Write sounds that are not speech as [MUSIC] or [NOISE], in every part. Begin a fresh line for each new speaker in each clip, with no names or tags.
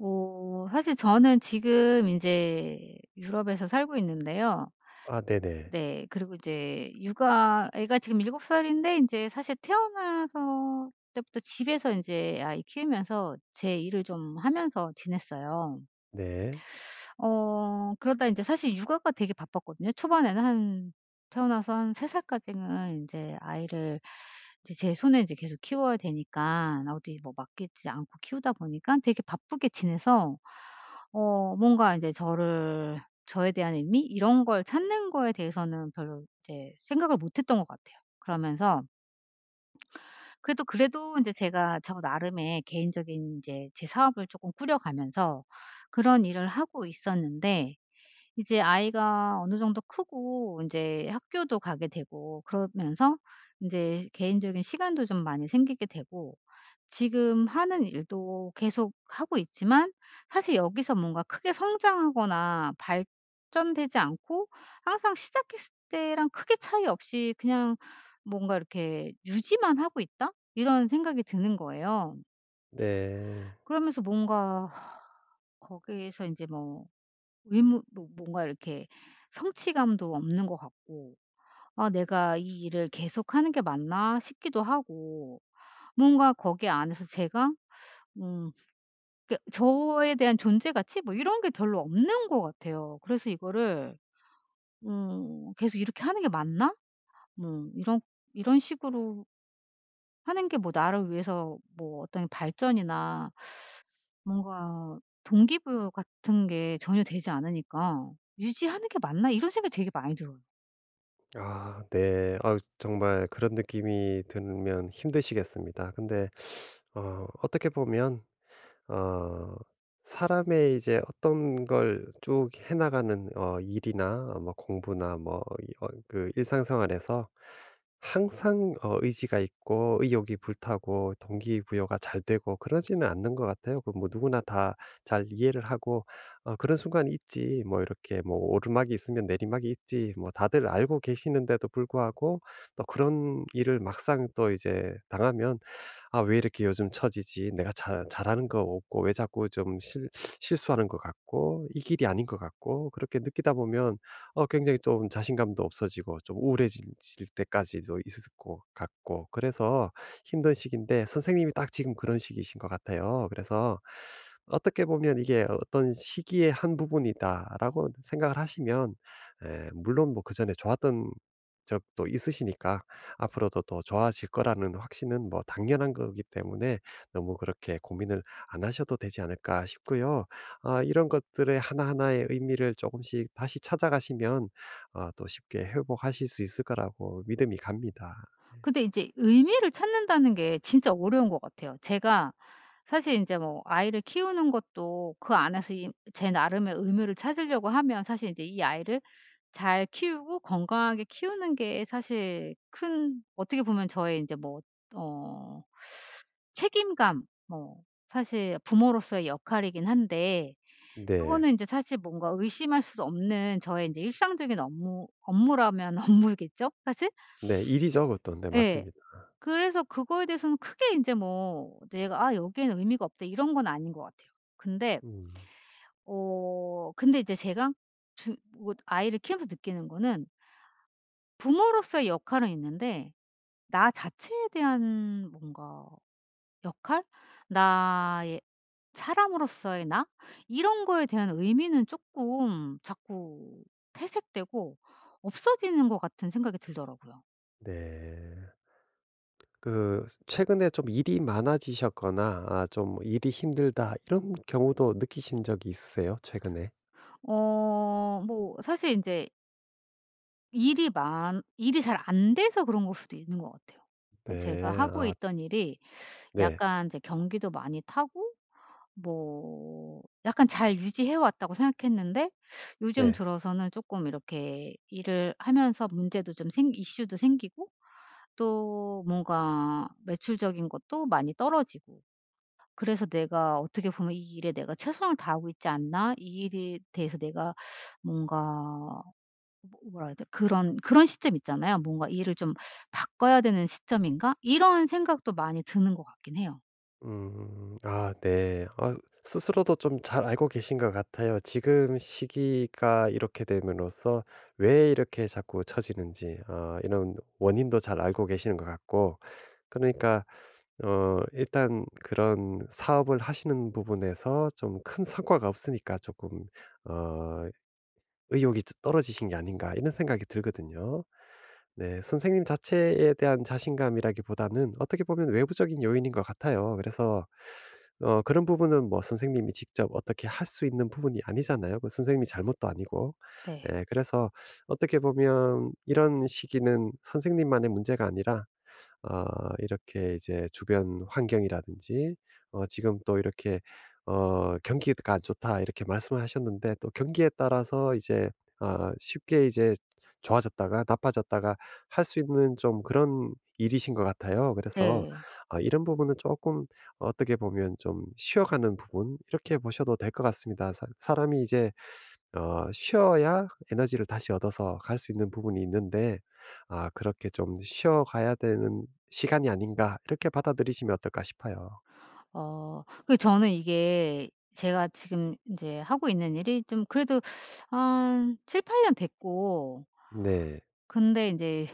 사실 저는 지금 이제 유럽에서 살고 있는데요.
아 네네.
네. 그리고 이제 육아 애가 지금 7살 살인데 이제 사실 태어나서 때부터 집에서 이제 아이 키우면서 제 일을 좀 하면서 지냈어요.
네.
그러다 이제 사실 육아가 되게 바빴거든요. 초반에는 한 태어나서 한 3살 살까지는 이제 아이를 이제 제 손에 이제 계속 키워야 되니까 어디 뭐 맡기지 않고 키우다 보니까 되게 바쁘게 지내서 뭔가 이제 저를 저에 대한 의미 이런 걸 찾는 거에 대해서는 별로 이제 생각을 못 했던 것 같아요. 그러면서 그래도 이제 제가 저 나름의 개인적인 이제 제 사업을 조금 꾸려가면서 그런 일을 하고 있었는데 이제 아이가 어느 정도 크고 이제 학교도 가게 되고 그러면서 인제 개인적인 시간도 좀 많이 생기게 되고 지금 하는 일도 계속 하고 있지만 사실 여기서 뭔가 크게 성장하거나 발전되지 않고 항상 시작했을 때랑 크게 차이 없이 그냥 뭔가 이렇게 '유지만 하고 있다.' 이런 생각이 드는 거예요.
네.
그러면서 뭔가 거기에서 인제 뭐 의무 뭐 뭔가 이렇게 성취감도 없는 것 같고 '아 내가 이 일을 계속하는 게 맞나?' 싶기도 하고 뭔가 거기 안에서 제가 음 그 저에 대한 존재 가치 뭐 이런 게 별로 없는 것 같아요. 그래서 이거를 '계속 이렇게 하는 게 맞나?' 뭐 이런 이런 식으로 하는 게 뭐 나를 위해서 뭐 어떤 발전이나 뭔가 동기부여 같은 게 전혀 되지 않으니까 '유지하는 게 맞나?' 이런 생각이 되게 많이 들어요.
아 네. 아 정말 그런 느낌이 들면 힘드시겠습니다. 근데 어떻게 보면 어 사람의 이제 어떤 걸 쭉 해 나가는 일이나 뭐 공부나 뭐 이 그 일상생활에서 항상 의지가 있고 의욕이 불타고 동기부여가 잘 되고 그러지는 않는 것 같아요. 그 뭐 누구나 다 잘 이해를 하고 그런 순간이 있지.' 뭐 이렇게 뭐 '오르막이 있으면 내리막이 있지.' 뭐 다들 알고 계시는데도 불구하고 또 그런 일을 막상 또 이제 당하면 '아, 왜 이렇게 요즘 처지지? 내가 잘 잘하는 거 없고 왜 자꾸 좀 실 실수하는 것 같고 이 길이 아닌 것 같고.' 그렇게 느끼다 보면 굉장히 좀 자신감도 없어지고 좀 우울해질 때까지도 있을 것 같고, 그래서 힘든 시기인데 선생님이 딱 지금 그런 시기이신 것 같아요. 그래서 어떻게 보면 '이게 어떤 시기의 한 부분이다.'라고 생각을 하시면, 에 물론 뭐 그전에 좋았던 적도 있으시니까 앞으로도 더 좋아질 거라는 확신은 뭐 당연한 거기 때문에, 너무 그렇게 고민을 안 하셔도 되지 않을까 싶고요. 아, 이런 것들의 하나하나의 의미를 조금씩 다시 찾아가시면, 아, 또 쉽게 회복하실 수 있을 거라고 믿음이 갑니다.
근데 이제 의미를 찾는다는 게 진짜 어려운 것 같아요. 제가 사실 인제 뭐 아이를 키우는 것도 그 안에서 이 제 나름의 의미를 찾으려고 하면 사실 인제 이 아이를 잘 키우고 건강하게 키우는 게 사실 큰 어떻게 보면 저의 인제 뭐 어 책임감 뭐 사실 부모로서의 역할이긴 한데
네.
그거는 인제 사실 뭔가 의심할 수 없는 저의 인제 일상적인 업무라면 [LAUGHS] 업무겠죠 사실?
네, 일이죠, 그것도. 네,
예.
맞습니다.
그래서 그거에 대해서는 크게 인제 뭐 내가 '아 여기에는 의미가 없다.' 이런 건 아닌 것 같아요. 근데
음,
근데 이제 제가 주 뭐 아이를 키우면서 느끼는 거는 부모로서의 역할은 있는데 나 자체에 대한 뭔가 역할? 나의 사람으로서의 나? 이런 거에 대한 의미는 쪼끔 자꾸 퇴색되고 없어지는 것 같은 생각이 들더라고요.
네. 그, 최근에 좀 일이 많아지셨거나, 아, 좀 일이 힘들다, 이런 경우도 느끼신 적이 있으세요, 최근에?
뭐 사실 인제 일이 잘 안 돼서 그런 걸 수도 있는 것 같아요. 그러니까 제가
네,
하고
아,
있던 일이
네,
약간 이제 경기도 많이 타고 뭐 약간 잘 유지해 왔다고 생각했는데 요즘
네.
들어서는 쪼끔 이렇게 일을 하면서 문제도 좀 생 이슈도 생기고 또 뭔가 매출적인 것도 많이 떨어지고 그래서 '내가 어떻게 보면 이 일에 내가 최선을 다하고 있지 않나? 이 일에 대해서 내가 뭔가 뭐 뭐라 해야 돼 그런 시점 있잖아요. 뭔가 '일을 좀 바꿔야 되는 시점인가?' 이런 생각도 많이 드는 것 같긴 해요.
음. 아 네. 아, 스스로도 좀 잘 알고 계신 것 같아요. 지금 시기가 이렇게 됨으로써 왜 이렇게 자꾸 처지는지, 아, 이런 원인도 잘 알고 계시는 것 같고. 그러니까 일단 그런 사업을 하시는 부분에서 좀 큰 성과가 없으니까, 조금 어 '의욕이 떨어지신 게 아닌가.' 이런 생각이 들거든요. 네. 선생님 자체에 대한 자신감이라기보다는 어떻게 보면 외부적인 요인인 것 같아요. 그래서 그런 부분은 뭐 선생님이 직접 어떻게 할 수 있는 부분이 아니잖아요. 그 선생님이 잘못도 아니고.
네.
예, 그래서 어떻게 보면 이런 시기는 선생님만의 문제가 아니라, 아, 이렇게 이제 주변 환경이라든지, 지금 또 이렇게 "경기가 안 좋다." 이렇게 말씀을 하셨는데, 또 경기에 따라서 이제, 아, 쉽게 이제 좋아졌다가 나빠졌다가 할 수 있는 좀 그런 일이신 것 같아요. 그래서
네.
아, 이런 부분은 조금 어떻게 보면 좀 쉬어가는 부분, 이렇게 보셔도 될 것 같습니다. 사 사람이 이제 쉬어야 에너지를 다시 얻어서 갈 수 있는 부분이 있는데, 아, 그렇게 좀 '쉬어 가야 되는 시간이 아닌가.' 이렇게 받아들이시면 어떨까 싶어요.
그 저는 이게 제가 지금 이제 하고 있는 일이 좀 그래도 한 7-8년 됐고
네.
근데 이제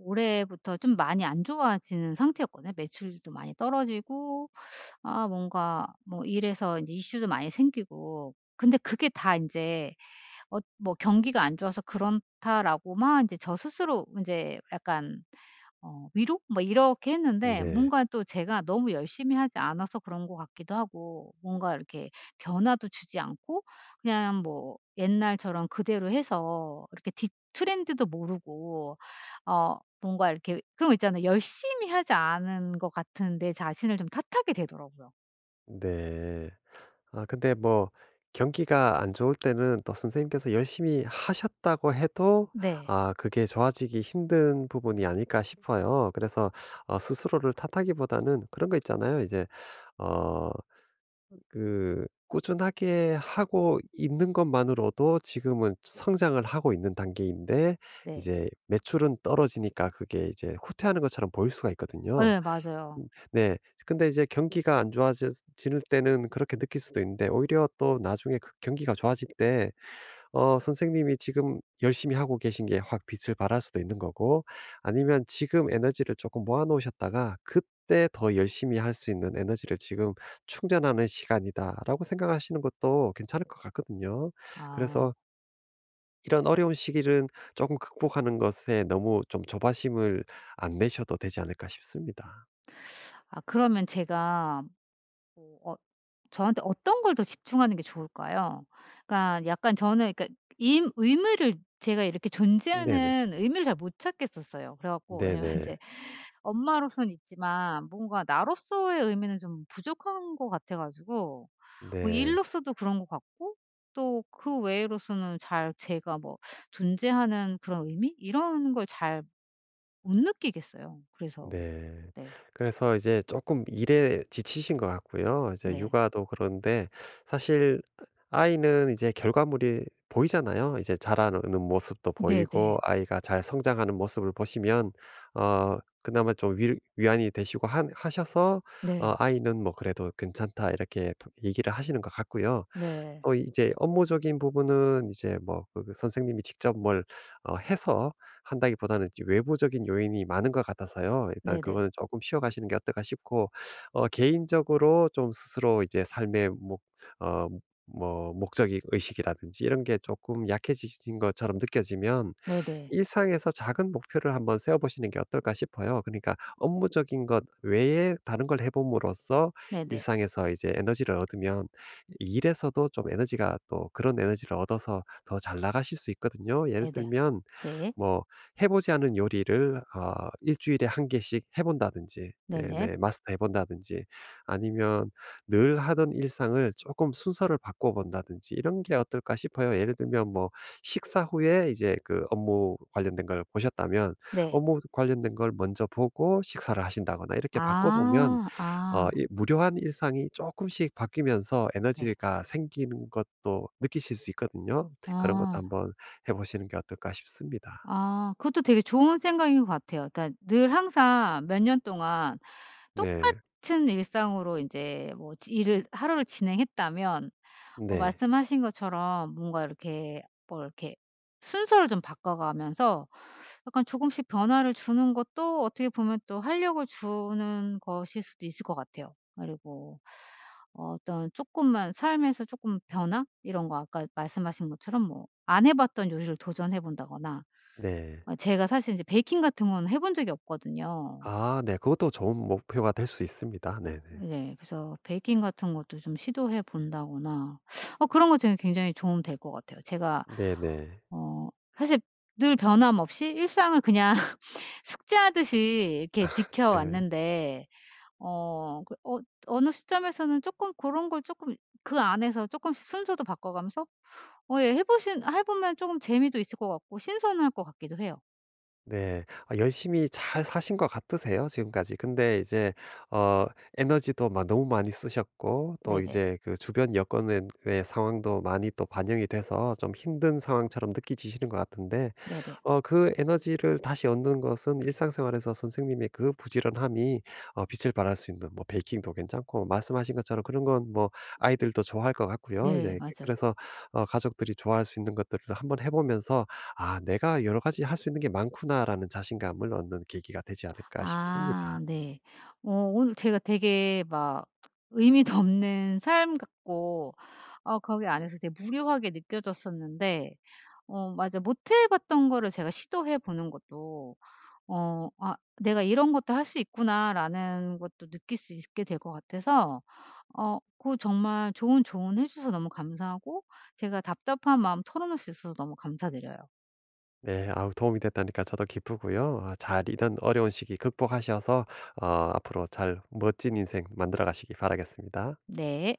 올해부터 좀 많이 안 좋아지는 상태였거든요. 매출도 많이 떨어지고 아 뭔가 뭐 일에서 제 이슈도 많이 생기고 근데 그게 다이제 뭐 "경기가 안 좋아서 그렇다."라고만 이제 저 스스로 이제 약간 위로 뭐 이렇게 했는데
네.
뭔가 또 제가 너무 열심히 하지 않아서 그런 것 같기도 하고 뭔가 이렇게 변화도 주지 않고 그냥 뭐 옛날처럼 그대로 해서 이렇게 뒤 트렌드도 모르고 뭔가 이렇게 그런 거 있잖아요. 열심히 하지 않은 것 같은 내 자신을 좀 탓하게 되더라고요.
네. 아 근데 뭐 경기가 안 좋을 때는 또 선생님께서 열심히 하셨다고 해도,
네.
아, 그게 좋아지기 힘든 부분이 아닐까 싶어요. 그래서 스스로를 탓하기보다는 그런 거 있잖아요. 이제 어 그 꾸준하게 하고 있는 것만으로도 지금은 성장을 하고 있는 단계인데,
네.
이제 매출은 떨어지니까 그게 이제 후퇴하는 것처럼 보일 수가
어,
있거든요.
예 맞아요.
음, 네. 근데 이제 경기가 안 좋아 지를 때는 그렇게 느낄 수도 있는데, 오히려 또 나중에 그 경기가 좋아질 때 선생님이 지금 열심히 하고 계신 게 확 빛을 발할 수도 있는 거고, 아니면 지금 에너지를 조금 모아 놓으셨다가 '그때 더 열심히 할 수 있는 에너지를 지금 충전하는 시간이다.'라고 생각하시는 것도 괜찮을 것 같거든요.
아.
그래서 이런 어려운 시기는 조금 극복하는 것에 너무 좀 조바심을 안 내셔도 되지 않을까 싶습니다.
아 그러면 제가 어 어 저한테 어떤 걸 더 집중하는 게 좋을까요? 그러니까 약간 저는 그러니까 임 의미를 제가 이렇게
네네.
존재하는 의미를 잘 못 찾겠었어요. 그래 갖고 왜냐면 [LAUGHS] 이
네네.
제 엄마로서는 있지만 뭔가 나로서의 의미는 좀 부족한 것 같아 가지고 뭐
네.
일로서도 그런 것 같고 또 그 외로서는 잘 제가 뭐 존재하는 그런 의미 이런 걸 잘 못 느끼겠어요. 그래서
네.
네.
그래서 이제 조금 일에 지치신 것 같고요. 이제
네.
육아도 그런데, 사실 아이는 이제 결과물이 보이잖아요. 이제 자라는 모습도
네네.
보이고 아이가 잘 성장하는 모습을 보시면 그나마 좀 위 위안이 되시고, 하셔서
네.
"아이는 뭐 그래도 괜찮다." 이렇게 얘기를 하시는 것 같고요.
네.
또 이제 업무적인 부분은 이제 뭐그 그 선생님이 직접 뭘 해서 한다기보다는 이제 외부적인 요인이 많은 것 같아서요. 일단
네네.
그거는 조금 쉬어 가시는 게 어떨까 싶고, 개인적으로 좀 스스로 이제 삶의 목 어 뭐 목적이 의식이라든지 이런 게 조금 약해지신 것처럼 느껴지면,
네네.
일상에서 작은 목표를 한번 세워 보시는 게 어떨까 싶어요. 그러니까 업무적인 것 외에 다른 걸 해 봄으로써
네네.
일상에서 이제 에너지를 얻으면 일에서도 좀 에너지가, 또 그런 에너지를 얻어서 더 잘 나가실 수 있거든요. 예를
네네.
들면
네.
뭐 해 보지 않은 요리를 주일에 한 개씩 해 본다든지, 예,
네네.
네, 마스터해 본다든지, 아니면 늘 하던 일상을 조금 순서를 바꿔 본다든지, 이런 게 어떨까 싶어요. 예를 들면 뭐 식사 후에 이제 그 업무 관련된 걸 보셨다면
네.
업무 관련된 걸 먼저 보고 식사를 하신다거나, 이렇게 바꿔 보면
아. 아.
이 무료한 일상이 조금씩 바뀌면서
네.
에너지가 생기는 것도 느끼실 수 있거든요. 그런 것도
어.
한번 해 보시는 게 어떨까 싶습니다.
아 그것도 되게 좋은 생각인 것 같아요. 그러니까 늘 항상 몇 년 동안
네.
똑같은 일상으로 인제 뭐 지 일을 하루를 진행했다면
네.
말씀하신 것처럼 뭔가 이렇게 뭐 이렇게 순서를 좀 바꿔가면서 약간 조금씩 변화를 주는 것도 어떻게 보면 또 활력을 주는 것일 수도 있을 것 같아요. 그리고 어, 어떤 조금만 삶에서 조금 변화 이런 거 아까 말씀하신 것처럼 뭐 안 해봤던 요리를 도전해 본다거나
네.
제가 사실 이제 베이킹 같은 건 해본 적이 없거든요.
아 네. 그것도 좋은 목표가 될 수 있습니다. 네네.
네. 그래서 베이킹 같은 것도 좀 시도해 본다거나 그런 거 되게 굉장히 도움 될 것 같아요. 제가
네네.
어 사실 늘 변함없이 일상을 그냥 [LAUGHS] 숙제하듯이 이렇게
네.
지켜왔는데 어 그 어 어느 시점에서는 조금 그런 걸 조금 그 안에서 조금 씩 순서도 바꿔가면서 예 해 보면 조금 재미도 있을 것 같고 신선할 것 같기도 해요.
네. 아, 열심히 잘 사신 것 같으세요, 지금까지. 근데 이제 어 에너지도 막 너무 많이 쓰셨고, 또
네네.
이제 그 주변 여건의 의 상황도 많이 또 반영이 돼서 좀 힘든 상황처럼 느끼지시는 것 같은데,
네네.
그 에너지를 다시 얻는 것은 일상생활에서 선생님의 그 부지런함이 빛을 발할 수 있는, 뭐 베이킹도 괜찮고, 말씀하신 것처럼 그런 건 뭐 아이들도 좋아할 것 같고요.
네.
이제
맞아요.
그래서 가족들이 좋아할 수 있는 것들을 한번 해 보면서 '아, 내가 여러 가지 할 수 있는 게 많구나.'라는 자신감을 얻는 계기가 되지 않을까
아
싶습니다.
네. 오늘 제가 되게 막 의미도 없는 삶 같고 거기 안에서 되게 무료하게 느껴졌었는데 맞아 못 해 봤던 거를 제가 시도해 보는 것도 '아 내가 이런 것도 할 수 있구나.'라는 것도 느낄 수 있게 될 것 같아서 그 정말 좋은 조언해 주셔서 너무 감사하고 제가 답답한 마음 털어놓을 수 있어서 너무 감사드려요.
네. 아우, 도움이 됐다니까 저도 기쁘고요. 아, 잘 이런 어려운 시기 극복하셔서 앞으로 잘 멋진 인생 만들어 가시기 바라겠습니다.
네.